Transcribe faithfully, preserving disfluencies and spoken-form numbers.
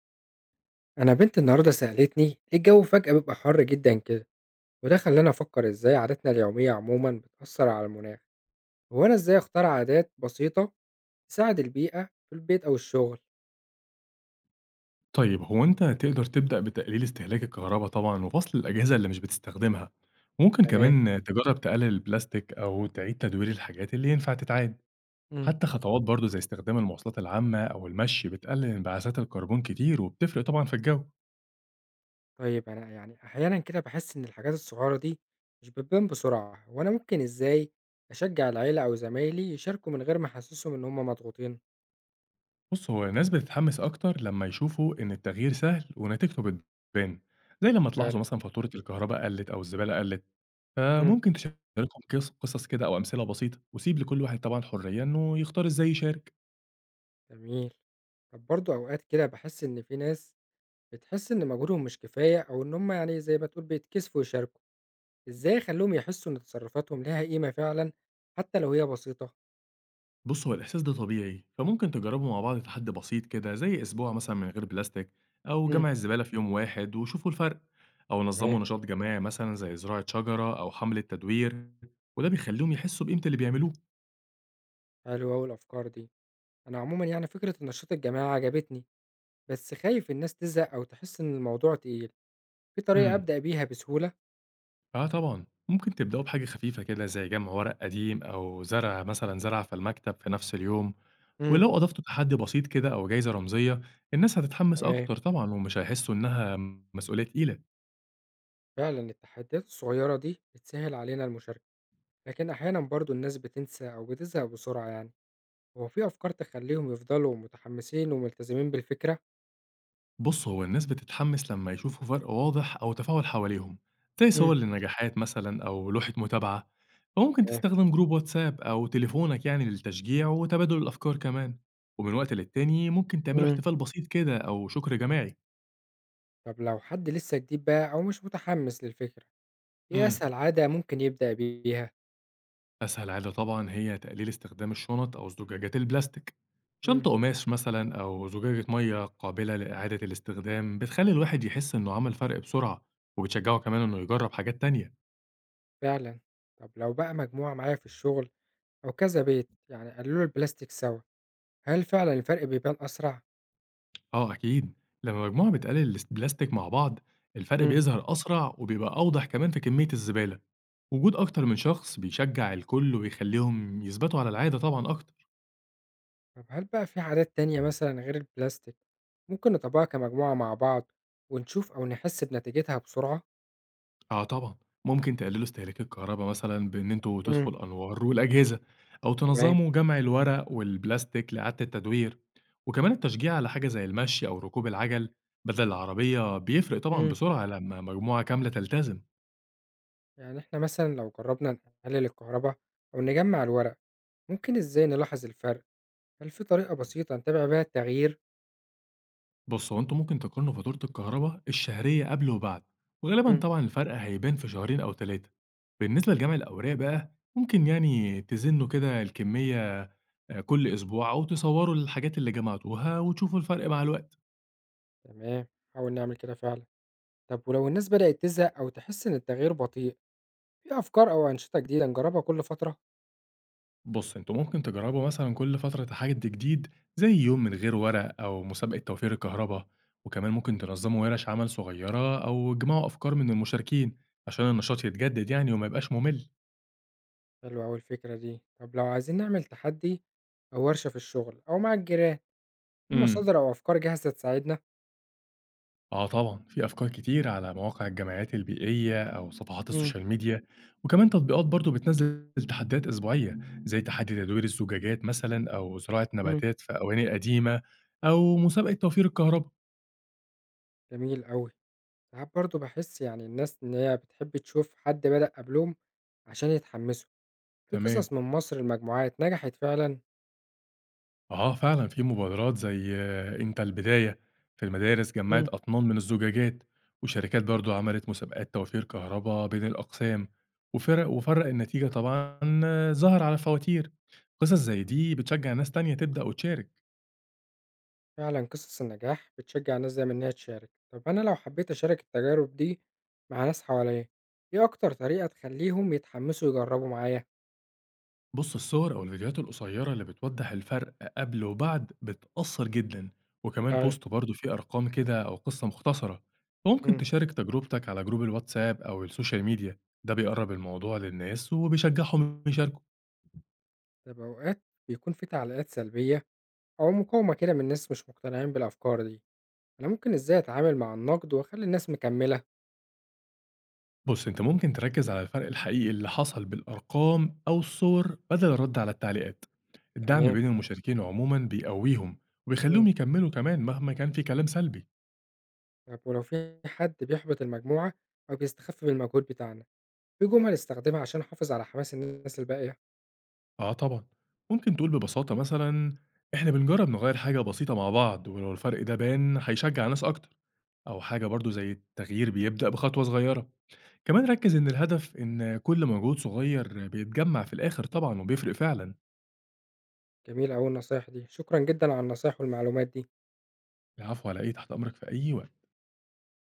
أنا بنتي النهاردة سألتني ليه الجو فجأة بيبقى حر جدا كده، وده خلاني أفكر إزاي عاداتنا اليومية عموما بتأثر على المناخ. هو أنا إزاي أختار عادات بسيطة تساعد البيئة في البيت أو الشغل؟ طيب هو أنت تقدر تبدأ بتقليل استهلاك الكهرباء طبعًا وفصل الأجهزة اللي مش بتستخدمها، وممكن تمام. كمان إمم. تجرّب تقلل البلاستيك أو تعيد تدوير الحاجات اللي ينفع تتعاد، مم. حتى خطوات برضه زي استخدام المواصلات العامة أو المشي بتقلل انبعاثات الكربون كتير وبتفرق طبعًا في الجو. طيب أنا يعني أحيانا كده بحس إن الحاجات الصغيرة دي مش بتبان بسرعة، وأنا ممكن إزاي أشجع العيلة أو زمايلي يشاركوا من غير ما أحسسهم إن هما مضغوطين؟ بُص هو الناس بتتحمس أكتر لمّا يشوفوا إن التغيير سهل ونتيجته بتبان، زي لمّا تلاحظوا فعلا. مثلًا فاتورة الكهرباء قلت أو الزبالة قلت، مم. فممكن تشاركهم قص قصص كده أو أمثلة بسيطة، وسيب لكل واحد طبعًا حرية إنه يختار إزاي يشارك. جميل. طب برضه أوقات كده بحس إن في ناس بتحس إن مجهودهم مش كفاية أو إن هما يعني زي ما تقول بيتكسفوا يشاركوا، إزاي أخلّيهم يحسّوا إن تصرفاتهم ليها قيمة فعلًا حتى لو هي بسيطة؟ بُص، هو الإحساس ده طبيعي، فممكن تجربوا مع بعض تحدي بسيط كده زي أسبوع مثلًا من غير بلاستيك أو إمم، جمع الزبالة في يوم واحد وشوفوا الفرق، أو تمام. نظموا نشاط جماعي مثلًا زي زراعة شجرة أو حملة تدوير، وده بيخليهم يحسوا بقيمة اللي بيعملوه. حلوة أوي الأفكار دي. أنا عمومًا يعني فكرة النشاط الجماعي عجبتني، بس خايف الناس تزهق أو تحس إن الموضوع تقيل. في طريقة امم. أبدأ بيها بسهولة؟ آه طبعًا، ممكن تبدأوا بحاجة خفيفة كده زي جمع ورق قديم أو زرع مثلًا زرعة في المكتب في نفس اليوم، إمم، ولو أضفتوا تحدي بسيط كده أو جايزة رمزية، الناس هتتحمس تمام. أكتر طبعًا ومش هيحسوا إنها مسؤولية تقيلة. فعلًا التحديات الصغيرة دي بتسهّل علينا المشاركة، لكن أحيانًا برضه الناس بتنسى أو بتزهق بسرعة يعني. هو في أفكار تخلّيهم يفضلوا متحمسين وملتزمين بالفكرة؟ بص هو الناس بتتحمس لما يشوفوا فرق واضح أو تفاعل حواليهم زي إمم، صور للنجاحات مثلا أو لوحة متابعة، فممكن تمام. تستخدم جروب واتساب أو تليفونك يعني للتشجيع وتبادل الأفكار كمان، ومن وقت للتاني ممكن تعملوا إمم. احتفال بسيط كده أو شكر جماعي. طب لو حد لسه جديد بقى أو مش متحمس للفكرة؟ إيه امم أسهل عادة ممكن يبدأ بيها؟ أسهل عادة طبعا هي تقليل استخدام الشنط أو زجاجات البلاستيك، إمم. شنطة قماش مثلا أو زجاجة مية قابلة لإعادة الاستخدام بتخلي الواحد يحس إنه عمل فرق بسرعة وبتشجعه كمان إنه يجرب حاجات تانية. فعلًا. طب لو بقى مجموعة معايا في الشغل أو كذا بيت يعني قللوا البلاستيك سوا، هل فعلًا الفرق بيبان أسرع؟ آه أكيد، لمّا مجموعة بتقلل الاس بلاستيك مع بعض، الفرق إمم. بيظهر أسرع وبيبقى أوضح كمان في كمية الزبالة، وجود أكتر من شخص بيشجع الكل ويخليهم يثبتوا على العادة طبعًا أكتر. طب هل بقى في عادات تانية مثلًا غير البلاستيك ممكن نطبقها كمجموعة مع بعض ونشوف أو نحس بنتيجتها بسرعة؟ آه طبعًا، ممكن تقللوا استهلاك الكهربا مثلًا بإن أنتم إمم، تطفوا الأنوار والأجهزة، أو تمام. تنظموا جمع الورق والبلاستيك لإعادة التدوير، وكمان التشجيع على حاجة زي المشي أو ركوب العجل بدل العربية بيفرق طبعًا إمم. بسرعة لمّا مجموعة كاملة تلتزم. يعني إحنا مثلًا لو جربنا نقلل الكهربا أو نجمع الورق، ممكن إزاي نلاحظ الفرق؟ هل في طريقة بسيطة نتابع بيها التغيير؟ بص هو انتوا ممكن تقارنوا فاتورة الكهرباء الشهرية قبل وبعد، وغالبا إمم. طبعا الفرق هيبان في شهرين أو ثلاثة. بالنسبة لجمع الأوراق بقى ممكن يعني تزنوا كده الكمية آه، كل أسبوع أو تصوروا الحاجات اللي جمعتوها وتشوفوا الفرق مع الوقت. تمام، هاحاول نعمل كده فعلًا. طب ولو الناس بدأت تزهق أو تحس إن التغيير بطيء، في أفكار أو أنشطة جديدة نجربها كل فترة؟ بص انتوا ممكن تجربوا مثلا كل فترة حد جديد زي يوم من غير ورق أو مسابقة توفير الكهرباء، وكمان ممكن تنظموا ورش عمل صغيرة أو تجمعوا أفكار من المشاركين عشان النشاط يتجدد يعني وما يبقاش ممل. حلوة أوي الفكرة دي، طب لو عايزين نعمل تحدي أو ورشة في الشغل أو مع الجيران، في امم مصادر أو أفكار جاهزة تساعدنا؟ آه طبعًا، في أفكار كتير على مواقع الجمعيات البيئية أو صفحات امم، السوشيال ميديا، وكمان تطبيقات برضه بتنزّل تحديات أسبوعية، زي تحدي تدوير الزجاجات مثلًا أو زراعة امم. نباتات في أواني قديمة أو مسابقة توفير الكهربا. جميل أوي، ساعات برضه بحس يعني الناس إن هي بتحب تشوف حد بدأ قبلهم عشان يتحمسوا، في تمام، قصص من مصر المجموعات نجحت فعلا؟ آه فعلًا في مبادرات زي آه، أنت البداية في المدارس جمّعت أطنان من الزجاجات، وشركات برضه عملت مسابقات توفير كهربا بين الأقسام، وفرق وفرق النتيجة طبعًا آه، ظهر على الفواتير. قصص زي دي بتشجّع ناس تانية تبدأ وتشارك. فعلا قصص النجاح بتشجع ناس دايما إنها تشارك. طب أنا لو حبيت أشارك التجارب دي مع ناس حواليا، إيه أكتر طريقة تخليهم يتحمسوا يجربوا معايا؟ بص الصور أو الفيديوهات القصيرة اللي بتوضح الفرق قبل وبعد بتأثر جدا، وكمان فعلا. بوست برضه فيه أرقام كده أو قصة مختصرة، فممكن مم. تشارك تجربتك على جروب الواتساب أو السوشيال ميديا. ده بيقرب الموضوع للناس وبيشجعهم يشاركوا. طب أوقات بيكون في تعليقات سلبية أو مقاومة كده من ناس مش مقتنعين بالأفكار دي، أنا ممكن إزاي أتعامل مع النقد وأخلي الناس مكملة؟ بص أنت ممكن تركز على الفرق الحقيقي اللي حصل بالأرقام أو الصور بدل الرد على التعليقات، الدعم تمام. بين المشاركين عموما بيقويهم مم. وبيخليهم يكملوا كمان مهما كان في كلام سلبي. طب ولو في حد بيحبط المجموعة أو بيستخف بالمجهود بتاعنا، في جمل استخدمها عشان أحافظ على حماس الناس الباقية؟ آه طبعًا، ممكن تقول ببساطة مثلًا إحنا بنجرّب نغيّر حاجة بسيطة مع بعض ولو الفرق ده بان هيشجّع ناس أكتر، أو حاجة برضه زي التغيير بيبدأ بخطوة صغيّرة، كمان ركّز إن الهدف إن كل مجهود صغيّر بيتجمّع في الآخر طبعًا وبيفرق فعلًا. جميل أوي النصايح دي، شكرا جدا على النصايح والمعلومات دي. العفو على إيه، تحت أمرك في أي وقت.